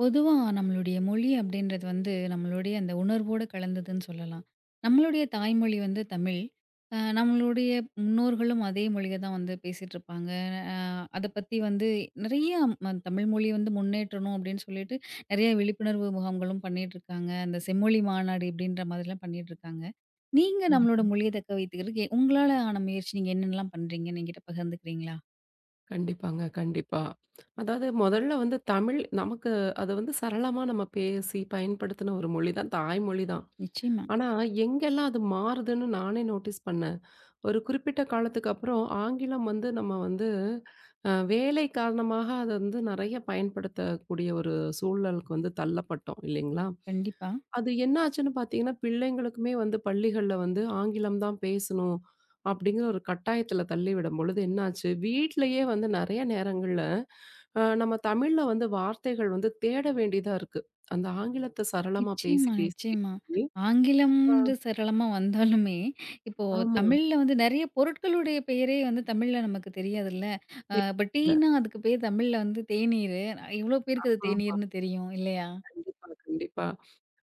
பொதுவா நம்மளுடைய மொழி அப்படின்றது வந்து நம்மளுடைய அந்த உணர்வோடு கலந்ததுன்னு சொல்லலாம். நம்மளுடைய தாய்மொழி வந்து தமிழ். நம்மளுடைய முன்னோர்களும் அதே மொழிய தான் வந்து பேசிட்டுருப்பாங்க. அ அத பத்தி வந்து நிறைய தமிழ் மொழி வந்து முன்னேற்றணும் அப்படின்னு சொல்லிட்டு நிறைய விழிப்புணர்வு முகாம்களும் பண்ணிட்டுருக்காங்க. அந்த செம்மொழி மாநாடு இப்படின்ற மாதிரிலாம் பண்ணிட்டுருக்காங்க. நீங்க நம்மளோட கண்டிப்பா. மொழிய தக்க வைத்துக்கிறதுக்கு உங்களால ஆன முயற்சி நீங்க என்னென்னலாம் பண்றீங்கன்னு என்கிட்ட பகிர்ந்துக்கிறீங்களா? கண்டிப்பாங்க, கண்டிப்பா. அதாவது முதல்ல வந்து தமிழ் நமக்கு அது வந்து சரளமா நம்ம பேசி பயன்படுத்தின ஒரு மொழி தான், தாய்மொழி தான். நிச்சயமா. ஆனா எங்கெல்லாம் அது மாறுதுன்னு நானே நோட்டீஸ் பண்ணேன். ஒரு குறிப்பிட்ட காலத்துக்கு அப்புறம் ஆங்கிலம் வந்து நம்ம வந்து வேலை காரணமாக அத வந்து நெறைய பயன்படுத்தக்கூடிய ஒரு சூழலுக்கு வந்து தள்ளப்பட்டோம் இல்லைங்களா? கண்டிப்பா. அது என்ன ஆச்சுன்னு பார்த்தீங்கன்னா, பிள்ளைங்களுக்குமே வந்து பள்ளிகள்ல வந்து ஆங்கிலம் தான் பேசணும் அப்படிங்கிற ஒரு கட்டாயத்துல தள்ளிவிடும் பொழுது என்னாச்சு, வீட்லயே வந்து நெறைய நேரங்கள்ல நம்ம தமிழ்ல வந்து வார்த்தைகள் வந்து தேட வேண்டியதா இருக்கு. அந்த ஆங்கிலத்த சரளமா பேசி நிச்சயமா, பேசி நிச்சயமா. பேசி ஆங்கிலம்ன்ற சரளமா வந்தாலுமே, இப்போ ஆமா. தமிழ்ல வந்து நெறைய பொருட்களுடைய பெயரே வந்து தமிழ்ல நமக்கு தெரியாதுல்ல. இப்ப தெரியல. டீன்னா அதுக்கு பேர் தமிழ்ல வந்து தேநீரு. எவ்ளோ பேருக்கு அது ஆமா. தேநீர்ன்னு தெரியும் இல்லையா? கண்டிப்பா, கண்டிப்பா.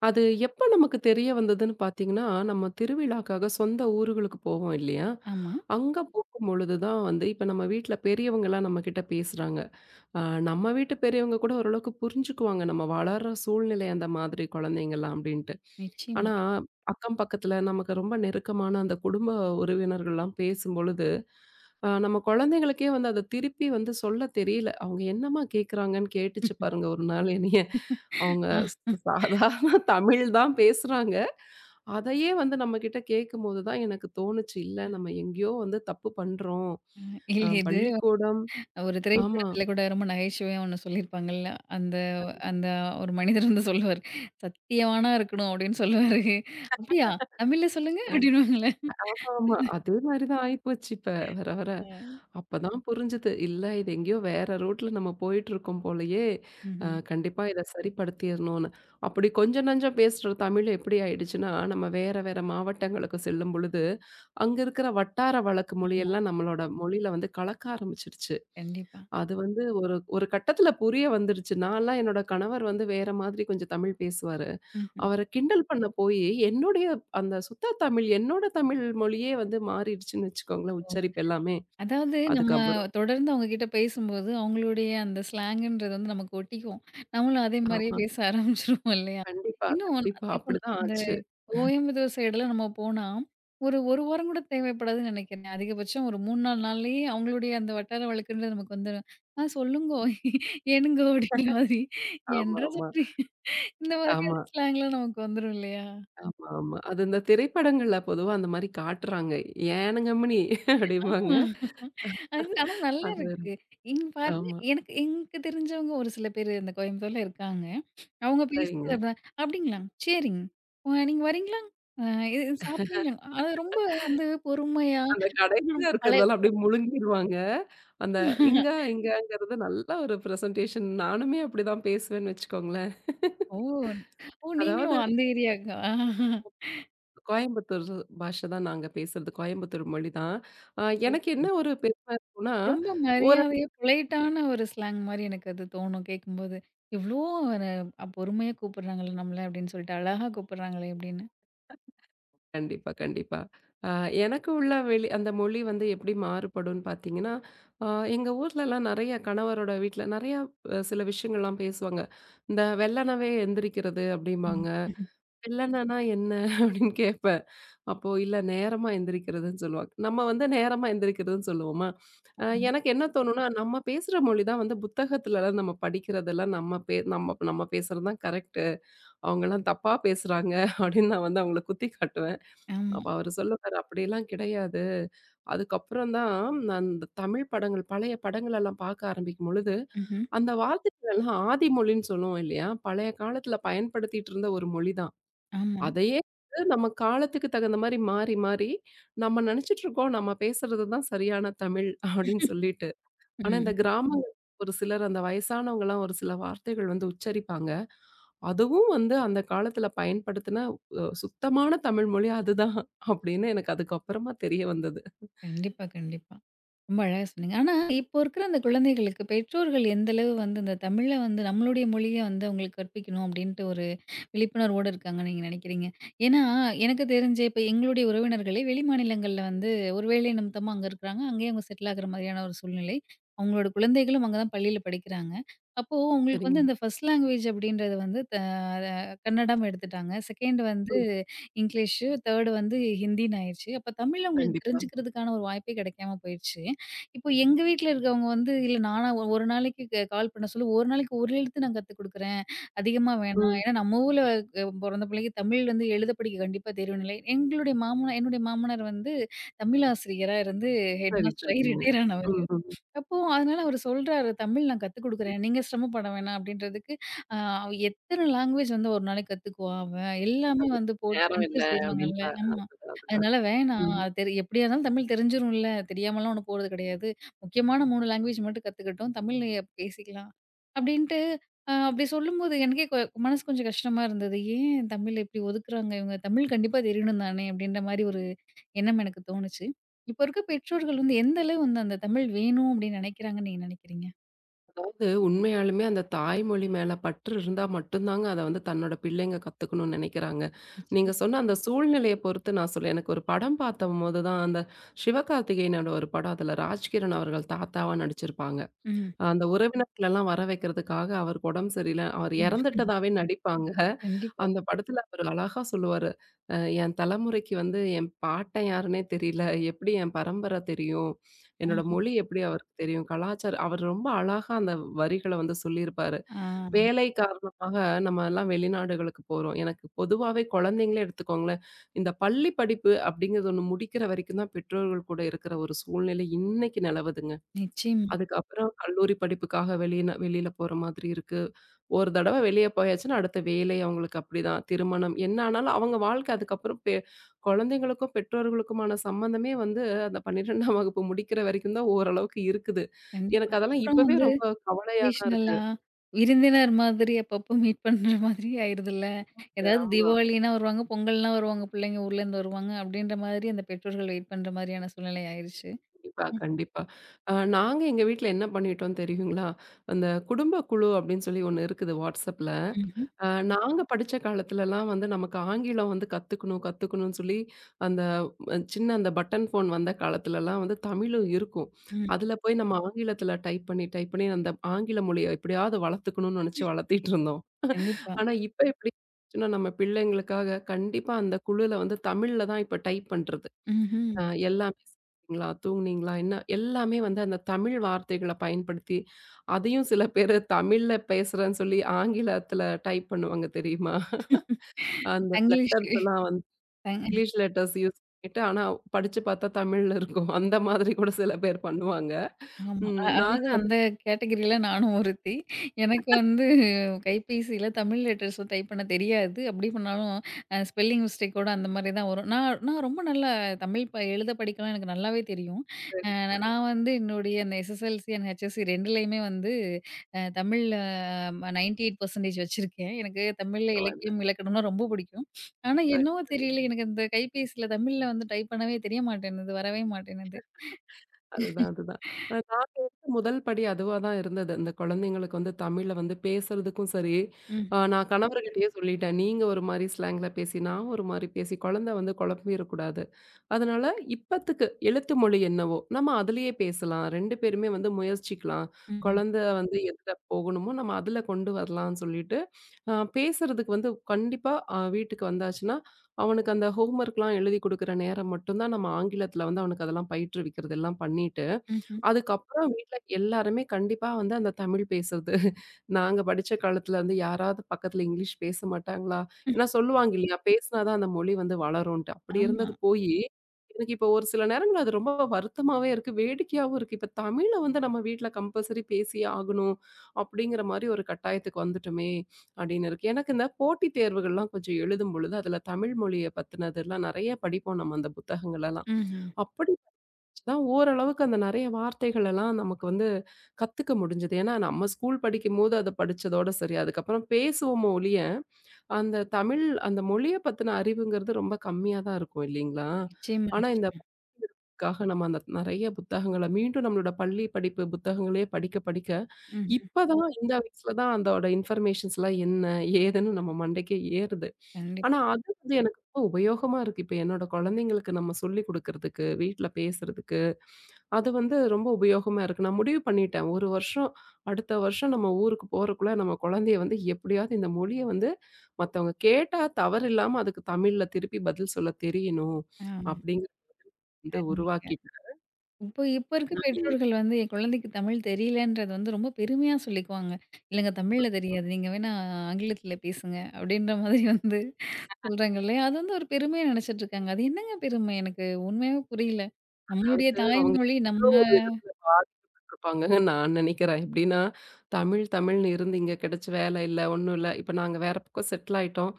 அது எப்ப நமக்கு தெரிய வந்ததுன்னு பார்த்தீங்கன்னா, நம்ம திருவிழாக்காக சொந்த ஊர்களுக்கு போவோம் இல்லையா? ஆமா, அங்க போகும் பொழுது தான் வந்து இப்ப நம்ம வீட்ல பெரியவங்கலாம் நம்மகிட்ட பேசுறாங்க. ஆ, நம்ம வீட்டு பெரியவங்க கூட ஓரளவுக்கு புரிஞ்சுக்குவாங்க. நம்ம வளர்ற சூழ்நிலை அந்த மாதிரி குழந்தைங்கலாம் அப்டின்ட்டு. நிச்சயமா. ஆனா, அக்கம் பக்கத்துல நமக்கு ரொம்ப நெருக்கமான அந்த குடும்ப உறவினர்கள்லாம் பேசும்பொழுது, நம்ம குழந்தைங்களுக்கே வந்து அத திருப்பி வந்து சொல்ல தெரியல. அவங்க என்னம்மா கேட்குறாங்கன்னு கேட்டுச்சு பாருங்க ஒரு நாள் என்னைய. அவங்க ஸ் ஆஹ் சாதாரண தமிழ் தான் பேசுறாங்க. அதையே வந்து நம்மகிட்ட கேட்கும்போது தான் எனக்கு தோணுச்சு, இல்ல நம்ம எங்கேயோ வந்து தப்பு பண்றோம். இல்ல அ இது பள்ளிக்கூடம் ஒரு ஆமா. திரைப்படத்துல கூட ரொம்ப நகைச்சுவையா ஒண்ணு சொல்லியிருப்பாங்கல்ல. அந்த அந்த ஒரு மனிதர் வந்து சொல்லுவாரு, "சத்தியவானா இருக்கணும்" அப்படின்னு சொல்லுவாரு. "அப்படியா? தமிழ்ல சொல்லுங்க" அப்படின்னுவாங்கல்ல. ஆமா. அதே மாரி தான் ஆயிப்போச்சு இப்ப வர வர. அப்பதான் புரிஞ்சுது. இல்ல இது எங்கேயோ வேற ரூட்ல நம்ம போயிட்டுருக்கோம் போலயே! ம்ஹ்ம். கண்டிப்பா இத சரிப்படுத்திறணும்னு. அப்படி கொஞ்சம் நஞ்சம் பேசுற தமிழ் எப்படி ஆயிடுச்சுன்னா, நம்ம வேற வேற மாவட்டங்களுக்கு செல்லும் பொழுது, அங்க இருக்கிற வட்டார வழக்கு ஆமா, மொழியெல்லாம் நம்மளோட மொழியில வந்து கலக்க ஆரம்பிச்சுருச்சு. கண்டிப்பா. அது வந்து ஒரு ஒரு கட்டத்தில புரிய வந்துருச்சு. நான்லாம் என்னோட கணவர் வந்து வேற மாதிரி கொஞ்சம் தமிழ் பேசுவாரு. ம்ஹ்ம். அவர கிண்டல் பண்ண போயி, என்னுடைய அந்த சுத்த தமிழ், என்னோட தமிழ் மொழியே வந்து மாறிடுச்சுன்னு வச்சுக்கோங்களேன், உச்சரிப்பு எல்லாமே. அதாவது நம்ம அதுக்கப்புறம் தொடர்ந்து அவங்க கிட்ட பேசும்போது, அவங்களுடைய அந்த ஸ்லாங்குன்றது வந்து நமக்கு ஒட்டிக்கும். நம்மளும் அதே ஆ மாரியே பேச ஆரம்பிச்சுருவோம் இல்லையா? கண்டிப்பா, கண்டிப்பா. இப்போ அப்படிதான் அந்த ஆச்சு. கோயம்புத்தூர் சைடுலாம் நம்ம போனா, ஒரு 1 வாரம் கூட தேவைப்படாதுன்னு நெனைக்கிறேன். அதிகபட்சம் ஒரு 3, 4 நாள்லயே அவங்களுடைய அந்த வட்டார வழக்குன்றது நமக்கு வந்துரும். "ஆ சொல்லுங்கோ, ஏனுங்கோ" அப்படிங்கிற மாதிரி, "என்றா ஆமாமா. சொல்றீங்க?" இந்த ஆமா, மாதிரியான ஸ்லாங்லாம் நமக்கு வந்துரும் இல்லையா? ஆமாமா. அது இந்த திரைப்படங்கள்ல பொதுவா அந்த மாரி காட்டுறாங்க. "ஏன கம்முனி" ஆமா. அப்படிம்பாங்க. அது ஆனா நல்லா அது ஒரு- இருக்கு. இங்க பாருங்க ஆமா. எனக்கு எனக்கு தெரிஞ்சவங்க ஒரு சில பேரு இந்த கோயம்புத்தூர்ல இருக்காங்க. அவங்க சரிங்க. பேசுறது அப்படிதான். "அப்படிங்களா? சரிங்க. நீங்க வரீங்களா? அ இது இது சாப்பிடுறீங்களா?" அது ரொம்ப வந்து பொறுமையா அந்த இன்னும் கடைசியா பழைய. இருக்கிறதெல்லாம் அப்படியே முழுங்கிருவாங்க. அந்த "இங்க, இங்கங்கிறது" நல்ல ஒரு பிரசன்டேஷன். நானுமே அப்படிதான் பேசுவேன்னு வச்சுக்கோங்களேன். ஓ! ஓ! அதாவது நீங்களும் அந்த ஏரியாக்கா? கோயம்புத்தூர் பாஷை தான் நாங்க பேசுறது. கோயம்புத்தூர் மொழி தான். அ எனக்கு என்ன சூப்பருங்க. ஒரு பெருமை இருக்கும்னா, ரொம்ப ஒரு மரியாதையா பொலைட்டான ஒரு ஸ்லாங் மாரி எனக்கு அது தோணும் கேட்கும்போது. "இவ்ளோ ஒரு பொறுமையா கூப்பிடுறாங்கல்ல நம்மள" அப்படின்னு சொல்லிட்டு, "அழகா கூப்பிடுறாங்களே" அப்படின்னு. கண்டிப்பா, கண்டிப்பா. அ எனக்கு உள்ள வெளி அந்த மொழி வந்து எப்படி மாறுபடும்னு பார்த்தீங்கன்னா, அ எங்க ஊர்லலாம் நெறைய கணவரோட வீட்ல நெறைய சில விஷயங்கள்லாம் பேசுவாங்க. இந்த "வெள்ளனவே எந்திரிக்கிறது" ம். அப்படிம்பாங்க. "வெல்லனனா என்ன?" அப்படின்னு கேட்பேன். அப்போ "இல்ல நேரமா எந்திரிக்கிறதுன்னு" சொல்லுவாங்க. நம்ம வந்து நேரமா எந்திரிக்கிறதுன்னு சொல்லுவோமா? அ ஆமா. எனக்கு என்ன தோணும்னா, நம்ம பேசுற மொழி தான் வந்து புத்தகத்துலலாம் நம்ம படிக்கிறதெல்லாம் நம்ம பே நம்ம நம்ம பேசுறது தான் கரெக்ட்டு. அவங்கலாம் தப்பா பேசுறாங்க அப்படின்னு நான் வந்து அவங்கள குத்தி காட்டுவேன். ஆமா. அப்ப அவரு சொல்லுவாரு, "அப்படிலாம் கிடையாது." அதுக்கப்புறம் தான் நான் இந்த தமிழ் படங்கள் பழைய படங்களெல்லாம் பார்க்க ஆரம்பிக்கும் பொழுது, ம்ஹ்ம். அந்த வார்த்தைகளெல்லாம் ஆதி மொழின்னு சொல்லுவோம் இல்லையா? பழைய காலத்துல பயன்படுத்திட்டு இருந்த ஒரு மொழி தான். ஆமா. அதையே வந்து நம்ம காலத்துக்கு தகுந்த மாரி மாறி நம்ம நெனச்சிட்டு இருக்கோம், நம்ம பேசுறது தான் சரியான தமிழ் அப்டின்னு சொல்லிட்டு. ஆனா இந்த ம். கிராமங்கள்ல ஒரு சிலர் அந்த வயசானவங்கலாம் ஒரு சில வார்த்தைகள் வந்து உச்சரிப்பாங்க. அதுவும் வந்து அந்த காலத்துல பயன்படுத்தின சுத்தமான தமிழ் மொழி அதுதான் அப்படின்னு எனக்கு அதுக்கப்புறமா தெரிய வந்தது. கண்டிப்பா, கண்டிப்பா. ரொம்ப அழகா சொன்னீங்க. ஆனா, இப்போ இருக்கிற அந்த குழந்தைகளுக்கு பெற்றோர்கள் எந்த அளவு வந்து இந்த தமிழ வந்து நம்மளுடைய மொழிய வந்து அவங்களுக்கு கற்பிக்கணும் அப்டின்ட்டு ஒரு விழிப்புணர்வோட இருக்காங்கன்னு நீங்க நினைக்கிறீங்க? ஏன்னா, எனக்கு தெரிஞ்சு இப்ப எங்களுடைய உறவினர்களே வெளிமாநிலங்கள்ல வந்து ஒரு வேலை நிமித்தமா அங்க இருக்கிறாங்க. அங்கேயே அவங்க செட்டில் ஆகுற மாதிரியான ஒரு சூழ்நிலை. அவங்களோட குழந்தைகளும் அங்க தான் பள்ளியில படிக்கிறாங்க. அப்போ உங்களுக்கு சரிங்க. வந்து இந்த ஃபர்ஸ்ட் லாங்குவேஜ் அப்படின்றது வந்து த அ கன்னடம் எடுத்துட்டாங்க. 2 வந்து ம். இங்கிலீஷு, 3 வந்து ஹிந்தின்னு ஆயிருச்சு. அப்ப தமிழ் அவங்களுக்கு கண்டிப்பா. தெரிஞ்சுக்கிறதுக்கான ஒரு வாய்ப்பே கிடைக்காம போயிருச்சு. இப்போ எங்க வீட்ல இருக்கவங்க வந்து, "இல்ல நானா ஒரு நாளைக்கு கால் பண்ண சொல்லி, ஒரு நாளைக்கு ஒரு எழுத்து நான் கத்துக் குடுக்குறேன். அதிகமா வேணாம்." ம். ஏன்னா நம்ம ஊர்ல பொறந்த பிள்ளைக்கு தமிழ் வந்து எழுத படிக்க கண்டிப்பா தெரியும் இல்லை. எங்களுடைய மாமனார் என்னுடைய மாமனார் வந்து தமிழ் ஆசிரியரா இருந்து ஹெட் சரி, மாஸ்டர் ஆகி சரிங்க. ரிட்டயர் ஆனவர். ம், ம், ம். அப்போ அதனால அவரு சொல்றாரு, "தமிழ் நான் கத்துக் குடுக்குறேன். நீங்க சிரமப்பட வேணாம்." அப்படின்றதுக்கு, அ அவ எத்தன லாங்குவேஜ் வந்து ஒரு நாளைக்கு கத்துக்குவா அவ? எல்லாமே அது வந்து போட்டு நேரம் இல்ல கன்ஃபியூஸ் அப்படின்னு ஆயிருவாங்கல்ல. ஆமா. அதுதான், அதுதான். அதனால வேணாம். ம். அது தெரி எப்படியா இருந்தாலும் தமிழ் தெரிஞ்சிரும்ல. தெரியாமலாம் ஒண்ணும் போறது கிடையாது. முக்கியமான 3 லாங்குவேஜ் மட்டும் கத்துக்கட்டும். தமிழ்லயே பேசிக்கலாம். அப்படின்ட்டு அப்படி சொல்லும்போது எனக்கே மனசு கொஞ்சம் கஷ்டமா இருந்தது. ஏன் தமிழ இப்படி ஒதுக்குறாங்க இவங்க? தமிழ் கண்டிப்பா தெரியணும் தானே? அப்படின்ற மாரி ஒரு எண்ணம் எனக்கு தோணுச்சு. இப்ப இருக்க பெற்றோர்கள் வந்து எந்த அளவு வந்து அந்த தமிழ் வேணும் அப்டின்னு நெனைக்கிறாங்கன்னு நீங்க நெனைக்கிறீங்க? அதாவது உண்மையாலுமே அந்த தாய்மொழி மேல பற்று இருந்தா மட்டும்தாங்க அத வந்து தன்னோட பிள்ளைங்க கத்துக்கணும்னு நினைக்கிறாங்க. நீங்க நிச்சயமா. சொன்ன அந்த சூழ்நிலைய பொறுத்து நான் சொல்ல எனக்கு ஒரு படம் பார்த்தம்போது தான் அந்த சிவகார்த்திகேயனோட ஒரு படம். அதுல ராஜ்கிரண் அவர்கள் தாத்தாவா நடிச்சிருப்பாங்க. ம். அந்த உறவினர்களெல்லாம் வர வைக்கிறதுக்காக அவருக்கு உடம்பு சரியில்ல. அவர் ஆமா. இறந்துட்டதாவே நடிப்பாங்க. கண்டிப்பா. அந்த படத்துல அவரு அழகா சொல்லுவாரு. அ என் தலைமுறைக்கு வந்து என் பாட்டன் யாருன்னே தெரியல. எப்படி என் பரம்பரை தெரியும்? என்னோட ஆஹா. மொழி எப்படி அவருக்கு தெரியும்? கலாச்சாரம் அவர் ரொம்ப அழகா அந்த வரிகள வந்து சொல்லியிருப்பாரு. ஆ. வேலை காரணமாக நம்ம எல்லாம் வெளிநாடுகளுக்கு போறோம். எனக்கு பொதுவாவே குழந்தைங்களே எடுத்துக்கோங்களேன். இந்த பள்ளி படிப்பு அப்படிங்கிறது ஒண்ணு முடிக்கிற வரைக்கும் தான் பெற்றோர்கள் கூட இருக்கிற ஒரு சூழ்நிலை இன்னைக்கு நிலவுதுங்க. நிச்சயமா. அதுக்கப்புறம் கல்லூரி படிப்புக்காக வெளியில போற மாதிரி இருக்கு. ஒரு தடவ வெளிய போயாச்சுன்னா, அடுத்த வேலை அவங்களுக்கு அப்படிதான். திருமணம் என்ன ஆனாலும் அவங்க வாழ்க்கை அதுக்கப்புறம் குழந்தைங்களுக்கும், பெற்றோர்களுக்குமான சம்மந்தமே வந்து அந்த 12ஆம் வகுப்பு முடிக்கிற வரைக்கும் தான் ஓரளவுக்கு இருக்குது. கண்டிப்பா. எனக்கு அதெல்லாம் அதுக்கப்புறம் இப்பவே வந்து ரொம்ப கவலையா தான் இருக்கு. ஒகேஷனலா விருந்தினர் மாதிரி அப்பப்போ மீட் பண்ற மாதிரி ஆயிருதுல்ல. ஏதாவது ஆமா. தீபாவளினா வருவாங்க, பொங்கல்னா வருவாங்க, பிள்ளைங்க ஊர்லேருந்து வருவாங்க அப்டின்ற மாதிரி அந்த பெற்றோர்கள் வெயிட் பண்ற மாரியான சூழ்நிலை ஆயிருச்சு. கண்டிப்பா, ம். கண்டிப்பா. நாங்க எங்க வீட்ல என்ன பண்ணிட்டோம் தெரியுங்களா? அந்த குடும்ப குழு அப்படின்னு சொல்லி ஒண்ணு இருக்குது WhatsAppல. ம்ஹ்ம். அ நாங்க படிச்ச காலத்துலலாம் வந்து நமக்கு ஆங்கிலம் வந்து கத்துக்கணும், கத்துக்கணும்னு சொல்லி அந்த சின்ன அந்த பட்டன் ஃபோன் வந்த காலத்துலலாம் வந்து தமிழும் இருக்கும். ம். அதுல போய் நம்ம ஆங்கிலத்துல டைப் பண்ணி அந்த ஆங்கில மொழிய எப்படியாவது வளர்த்துக்கணும்னு நெனச்சு வளர்த்திட்டு இருந்தோம். கண்டிப்பா. ஆனா இப்ப எப்படி ஆச்சுன்னா, நம்ம பிள்ளைங்களுக்காக கண்டிப்பா அந்த குழுல வந்து தமிழ்ல தான் இப்ப டைப் பண்றது. ம்ஹ்ம். அ எல்லாமே சாப்ட்டீங்களா? தூங்குனீங்களா? என்ன எல்லாமே வந்து அந்த தமிழ் வார்த்தைகள பயன்படுத்தி, அதையும் சில பேரு தமிழ்ல பேசுறேன்னு சொல்லி ஆங்கிலத்துல டைப் பண்ணுவாங்க தெரியுமா? அந்த தங்கிலீஷ். லெட்டர்ஸ் எல்லாம் வந்து இங்கிலீஷ் லெட்டர்ஸ் யூஸ் பண்ணிட்டு, ஆனா படிச்சு பார்த்தா தமிழ்ல இருக்கும். அந்த மாதிரி கூட சில பேர் பண்ணுவாங்க. ஆமா. அ ம் அதாவது நாங்க வந்து அந்த கேட்டகரியில நானும் ஒருத்தி. எனக்கு வந்து கைபேசியில தமிழ் லெட்டர்ஸ் டைப் பண்ண தெரியாது. அப்படி பண்ணாலும் ஸ்பெல்லிங் மிஸ்டேக்கோட அந்த மாரி தான் வரும். நான் நான் ரொம்ப நல்லா தமிழ் எழுத படிக்கலாம் எனக்கு நல்லாவே தெரியும். சரி, சரி நான் வந்து என்னுடைய அந்த எஸ்எஸ்எல்சி அண்ட் ஹெச்எஸ்சி 2லயுமே வந்து தமிழ்ல 98% வச்சிருக்கேன். எனக்கு தமிழ்ல பரவால்ல. இலக்கியம், இலக்கணம்னா ரொம்ப பிடிக்கும். ஆனா சரி, என்னவோ சரி. தெரியல எனக்கு அந்த கைபேசியில தமிழ்ல வந்து டைப் பண்ணவே தெரிய மாட்டேன்னுது. வரவே மாட்டேன்னுது. அதுதான், அதுதான். நாங்க எடுத்த முதல் படி அதுவா தான் இருந்தது. இந்த குழந்தைங்களுக்கு வந்து தமிழ்ல வந்து பேசுறதுக்கும் சரி, ம். நான் கணவர்கிட்டயே சொல்லிட்டேன். நீங்க ஒரு மாரி ஸ்லாங்ல பேசி, நான் ஒரு மாரி பேசி குழந்தை வந்து குழம்பிறக்கூடாது. அதனால இப்பத்துக்கு எழுத்து மொழி என்னவோ, நம்ம அதிலேயே பேசலாம். 2 பேருமே வந்து முயற்சிக்கலாம். ம்ஹ்ம். குழந்த வந்து எதுல போகணுமோ, நம்ம அதில கொண்டு வரலான்னு சொல்லிட்டு, பேசுறதுக்கு வந்து கண்டிப்பா வீட்டுக்கு வந்தாச்சுன்னா, அவனுக்கு அந்த ஹோம்வொர்க்லாம் எழுதி குடுக்குற நேரம் மட்டும் தான் நம்ம ஆங்கிலத்தில வந்து அவனுக்கு அதெல்லாம் பயிற்றுவிக்கிறது எல்லாம் பண்ணிட்டு, ம்ஹ்ம். அதுக்கப்புறம் வீட்ல எல்லாருமே கண்டிப்பா வந்து அந்த தமிழ் பேசுறது. நாங்க படிச்ச காலத்துல வந்து யாராவது பக்கத்துல இங்கிலீஷ் பேச மாட்டாங்களா? ஏன்னா சொல்லுவாங்க இல்லையா? பேசினா தான் அந்த மொழி வந்து வளரும்ன்ட்டு. அப்படி ஆமா. இருந்தது போயி, எனக்கு இப்போ ஒரு சில நேரங்கள்ல அது ரொம்ப வருத்தமாவே இருக்கு. வேடிக்கையாவும் இருக்கு. இப்ப தமிழ வந்து நம்ம வீட்ல கம்பல்சரி பேசியே ஆகணும். அப்படிங்கிற மாரி ஒரு கட்டாயத்துக்கு வந்துட்டோமே! அப்படின்னு இருக்கு. எனக்கு இந்த போட்டித் தேர்வுகள்லாம் கொஞ்சம் எழுதும் பொழுது, அதுல தமிழ் மொழிய பத்தினதெல்லாம் நெறைய படிப்போம் நம்ம அந்த புத்தகங்களெல்லாம். ம்ஹ்ம். அப்படி தான் ஓரளவுக்கு அந்த நெறைய வார்த்தைகள் எல்லாம் நமக்கு வந்து கத்துக்க முடிஞ்சது. ஏன்னா நம்ம ஸ்கூல் படிக்கும்போது அத படிச்சதோட சரி. அதுக்கப்புறம் பேசுவோமோ ஒழிய, அந்த தமிழ் அந்த மொழிய பத்தின அறிவுங்கிறது ரொம்ப கம்மியா தான் இருக்கும் இல்லைங்களா? நிச்சயமா, ஆனா இந்த நிச்சயமா. நம்ம அந்த நெறைய புத்தகங்கள மீண்டும் நம்மளோட பள்ளி படிப்பு புத்தகங்களே படிக்க படிக்க, ம்ஹ்ம். இப்ப தான் இந்த வயசுல தான் அதோட இன்ஃபர்மேஷன்ஸ்லாம் என்ன? ஏதுன்னு நம்ம மண்டைக்கே ஏறுது. கண்டிப்பா. ஆனா அது வந்து எனக்கு ரொம்ப உபயோகமா இருக்கு. இப்ப என்னோட குழந்தைங்களுக்கு நம்ம சொல்லிக் குடுக்கறதுக்கு, வீட்ல பேசுறதுக்கு. அது வந்து ரொம்ப உபயோகமா இருக்கு. நான் முடிவு பண்ணிட்டேன். 1 வருஷம் அடுத்த வருஷம் நம்ம ஊருக்கு போறக்குள்ள நம்ம குழந்தைய வந்து எப்படியாவது இந்த மொழிய வந்து மத்தவங்க கேட்டா தவறில்லாம அதுக்கு தமிழ்ல திருப்பி பதில் சொல்ல தெரியணும். ஆ, அப்படிங்கிறத வந்து அருமைங்க. உருவாக்கிட்டேன். இப்போ இப்போ இருக்க ஆனா நீங்க பெற்றோர்கள் வந்து என் குழந்தைக்கு தமிழ் தெரியலன்றது வந்து ரொம்ப பெருமையா சொல்லிக்குவாங்க. "இல்லங்க தமிழ்ல தெரியாது. நீங்க வேணா ஆங்கிலத்தில பேசுங்க." அப்படின்ற மாதிரி வந்து சொல்றாங்க இல்லையா? அது வந்து ஒரு பெருமையா நினைச்சிட்டு இருக்காங்க. அது என்னங்க பெருமை? எனக்கு உண்மையாவே புரியல. நம்மளுடைய அதாவது அவங்க தாய்மொழி நம்ம. ஏதோ ஒரு விதத்துல பாதிக்கப்பட்டுருப்பாங்கன்னு நான் நினைக்கிறேன். எப்படின்னா தமிழ்ன்னு இருந்து இங்க கிடைச்சு வேலை இல்ல, ஒண்ணும் இல்ல. இப்ப நாங்க வேற பக்கம் செட்டில் ஆயிட்டோம்.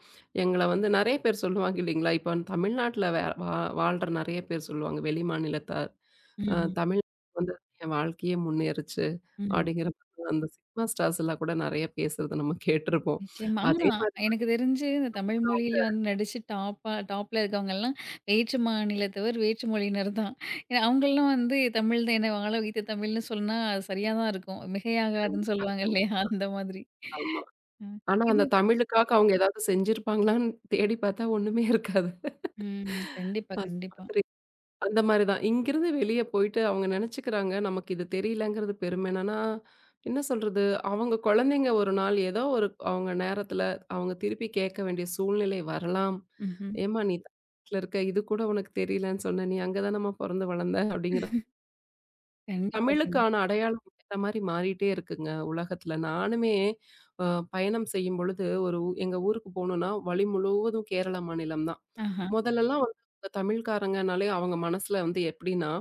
எங்கள வந்து நெறைய பேர் சொல்லுவாங்க இல்லைங்களா? இப்ப தமிழ்நாட்டுல வே வா வாழ்ற நெறைய பேர் சொல்லுவாங்க வெளி மாநிலத்தார். ம்ஹ்ம். தமிழ் வந்து என் வாழ்க்கையே முன்னேறுச்சு ம். அப்படிங்கிற மாதிரி அந்த சினிமா ஸ்டார்ஸ் எல்லாம் கூட நிறைய பேசுறத நம்ம கேட்டிருப்போம். நிச்சயமா. ஆனா, அதே மாதிரி எனக்கு தெரிஞ்சு இந்த தான் தமிழ் அவங்க மொழியில வந்து நடிச்சு டாப்பா டாப்ல இருக்கவங்கலாம் வேற்று மாநிலத்தவர், வேற்று மொழியினர் தான். ஏன்னா அவங்கலாம் வந்து தமிழ் தான் என்ன வாழ வைத்த தமிழ்னு சொன்னா அது சரியா தான் இருக்கும். மிகையாகாதுன்னு கண்டிப்பா, சொல்லுவாங்க இல்லையா? கண்டிப்பா. அந்த மாதிரி. ஆமா. ம். ஆனா இது. அந்த தமிழுக்காக அவங்க ஏதாவது செஞ்சிருப்பாங்களான்னு தேடி பார்த்தா ஒண்ணுமே இருக்காது. ம். கண்டிப்பா, அந்த கண்டிப்பா. மாதிரி. அந்த மாரி தான். இங்கிருந்து வெளிய போயிட்டு அவங்க நெனச்சுக்கிறாங்க, நமக்கு இது தெரியலங்கிறது பெருமை என்னன்னா, என்ன சொல்றது? அவங்க குழந்தைங்க ஒரு நாள் ஏதோ ஒரு அவங்க நேரத்துல அவங்க திருப்பி கேட்க வேண்டிய சூழ்நிலை வரலாம். ம்ஹ்ம். "ஏம்மா நீ தமிழ்நாட்டுல இருக்க, இது கூட உனக்கு தெரியலன்னு சொன்ன. நீ அங்க தானம்மா பொறந்து வளர்ந்த" அப்படிங்கிற கண்டிப்பா, கண்டிப்பா. தமிழுக்கான அடையாளம் ஏத்த மாரி மாறிட்டே இருக்குங்க உலகத்துல. நானுமே அ பயணம் செய்யும் பொழுது ஒரு ஊ எங்க ஊருக்கு போணும்னா, வழி முழுவதும் கேரள மாநிலம் தான். ஆஹா. ம். மொதலெல்லாம் வந்து இந்த தமிழ்காரங்கனாலே அவங்க மனசுல வந்து எப்படின்னா,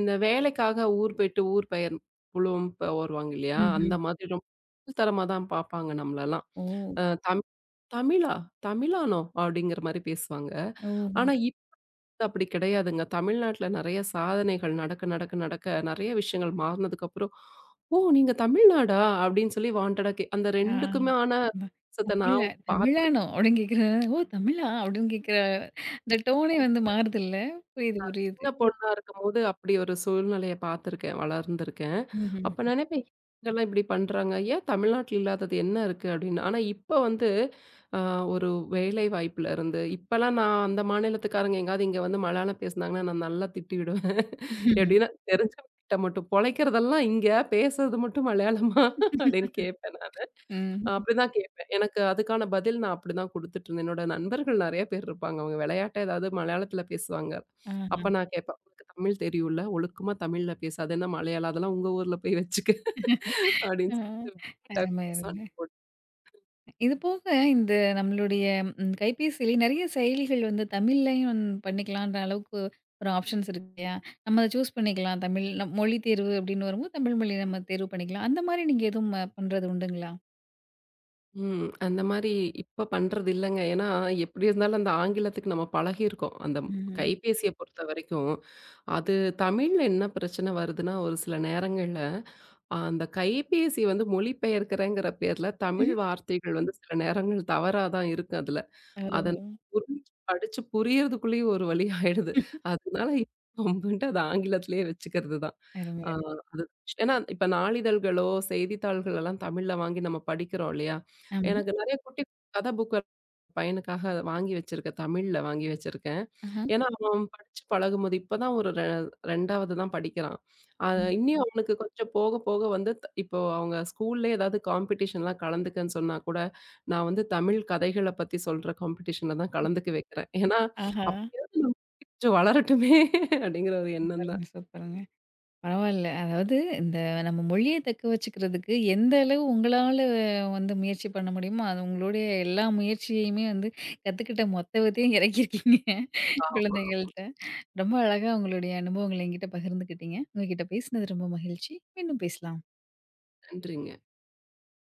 இந்த வேலைக்காக ஊர் போயிட்டு ஊர் பெயர் புலம் ப வருவாங்க இல்லையா? அந்த ம்ஹ்ம். மாதிரி ரொம்ப கீழ்த்தரமா தான் பார்ப்பாங்க நம்மளலாம். ஓ! "தமிழ் தமிழா? தமிழானோ?" அப்படிங்கிற மாரி பேசுவாங்க. ஓஹோ! ஆனா அப்படி கிடையாதுங்க. தமிழ்நாட்டுல நெறைய சாதனைகள் நடக்க நெறைய விஷயங்கள் மாறுனதுக்கப்புறம், "ஓ! நீங்க தமிழ்நாடா?" அப்படின்னு சொல்லி வாண்டடா கே அந்த ஆ. 2க்குமான ப வித்தியாசத்த தமிழா நான் பாத் தமிழானோ? அப்படின்னு கேட்குற, ஓ! தமிழா? அப்படின்னு கேட்குற அந்த டோனே வந்து மாறுதுல்ல. புரியுது, புரியுது. சின்ன பொண்ணா இருக்கும்போது அப்படி ஒரு சூழ்நிலைய பார்த்துருக்கேன், வளர்ந்திருக்கேன். அப்ப ம்ஹ்ம். நினைப்பேன், இங்கலாம் இப்படி பண்றாங்க. ஏன் தமிழ்நாட்ல இல்லாதது என்ன இருக்கு அப்படின்னு. ஆனா இப்ப வந்து அ ஒரு வேலை வாய்ப்புல இருந்து இப்பலாம் நான் அந்த மாநிலத்துக்காரங்க எங்கேயாவது இங்க வந்து மலையாளம் பேசுனாங்கன்னா, நான் நல்லா திட்டி விடுவேன். எப்படின்னா தெரிஞ்சவங்ககிட்ட மட்டும் பொழைக்கிறதெல்லாம் இங்க, பேசுறது மட்டும் மலையாளமா அப்படின்னு கேட்பேன் நானு. ம். அப்படிதான் கேட்பேன். எனக்கு அதுக்கான பதில் நான் அப்படிதான் குடுத்துட்டு இருந்தேன். என்னோட நண்பர்கள் நெறைய பேர் இருப்பாங்க. அவங்க விளையாட்டா ஏதாவது மலையாளத்தில பேசுவாங்க. ஆஹா. அப்ப நான் கேட்பேன், "உனக்கு தமிழ் தெரியும்ல? ஒழுக்கமா தமிழ்ல பேசு. அது என்ன மலையாளம்? அதெல்லாம் உங்க ஊர்ல போய் வச்சுக்க" ஆ. அப்படின்னு சொல்லிட்டு அருமை, டக்குனு அருமை. சண்டை போட்டு இது போக இந்த நம்மளுடைய கைபேசியிலே நெறைய செயலிகள் வந்து தமிழ்லயும் பண்ணிக்கலான்ற அளவுக்கு ஒரு ஆப்ஷன்ஸ் இருக்கு இல்லையா? நம்ம அத சூஸ் பண்ணிக்கலாம். தமிழ் நம் மொழி தேர்வு அப்படின்னு வரும்போது, தமிழ் மொழி நம்ம தேர்வு பண்ணிக்கலாம். அந்த மாரி நீங்க எதுவும் பண்றது உண்டுங்களா? ம். அந்த மாரி இப்ப பண்றது இல்லங்க. ஏன்னா எப்படி இருந்தாலும் அந்த ஆங்கிலத்துக்கு நம்ம பழகியிருக்கோம். அந்த ம்ஹ்ம். கைபேசிய பொறுத்த வரைக்கும், அது தமிழ்ல என்ன பிரச்சனை வருதுன்னா, ஒரு சில நேரங்கள்ல அந்த கைபேசி வந்து மொழிபெயர்க்கிறேங்கிற பேர்ல தமிழ் ம்ஹ்ம். வார்த்தைகள் வந்து சில நேரங்கள் தவறா தான் இருக்கு அதுல. ஓ! அத புரிஞ்சு படிச்சு புரியறதுக்குள்ளேயும் ஒரு வழி ஆயிடுது. அதனால இப்ப வந்துட்டு அது ஆங்கிலத்திலேயே வச்சுக்கிறது தான். அருமை, ஆ. அருமை. ஏன்னா, இப்ப நாளிதழ்களோ, செய்தித்தாள்கள் எல்லாம் தமிழ்ல வாங்கி நம்ம படிக்கிறோம் இல்லையா? ஆமா. எனக்கு நெறைய குட்டி கதை புக்கு பையனுக்காக அத வாங்கி வச்சிருக்கேன். தமிழ்ல வாங்கி வச்சிருக்கேன். ஆஹா. ஏன்னா, அவன் படிச்சு பழகும்போது இப்பதான் ஒரு ரெ 2வது தான் படிக்கிறான். அ ம். இன்னியும் அவனுக்கு கொஞ்சம் போக போக வந்து இப்போ அவங்க ஸ்கூல்லயே ஏதாவது காம்படிஷன்லாம் கலந்துக்கன்னு சொன்னா கூட, நான் வந்து தமிழ் கதைகள பத்தி சொல்ற காம்படிஷன்ல தான் கலந்துக்க வைக்கிறேன். ஏன்னா, ஆஹா. அப்படியாவது நமக்கு கொஞ்சம் வளரட்டுமே அப்படிங்கிற ஒரு எண்ணம் தான். சூப்பருங்க, சூப்பருங்க. பரவால்ல. அதாவது இந்த நம்ம மொழிய தக்க வச்சுக்கிறதுக்கு எந்த அளவு உங்களால வந்து முயற்சி பண்ண முடியுமோ, அது உங்களுடைய எல்லா முயற்சியுமே வந்து கத்துக்கிட்ட மொத்தத்தையும் இறக்கியிருக்கீங்க ஆமா. குழந்தைகள்ட்ட. ரொம்ப அழகா உங்களுடைய அனுபவங்கள என்கிட்ட பகிர்ந்துக்கிட்டீங்க. உங்ககிட்ட பேசினது ரொம்ப மகிழ்ச்சி. மீண்டும் பேசலாம். நன்றிங்க.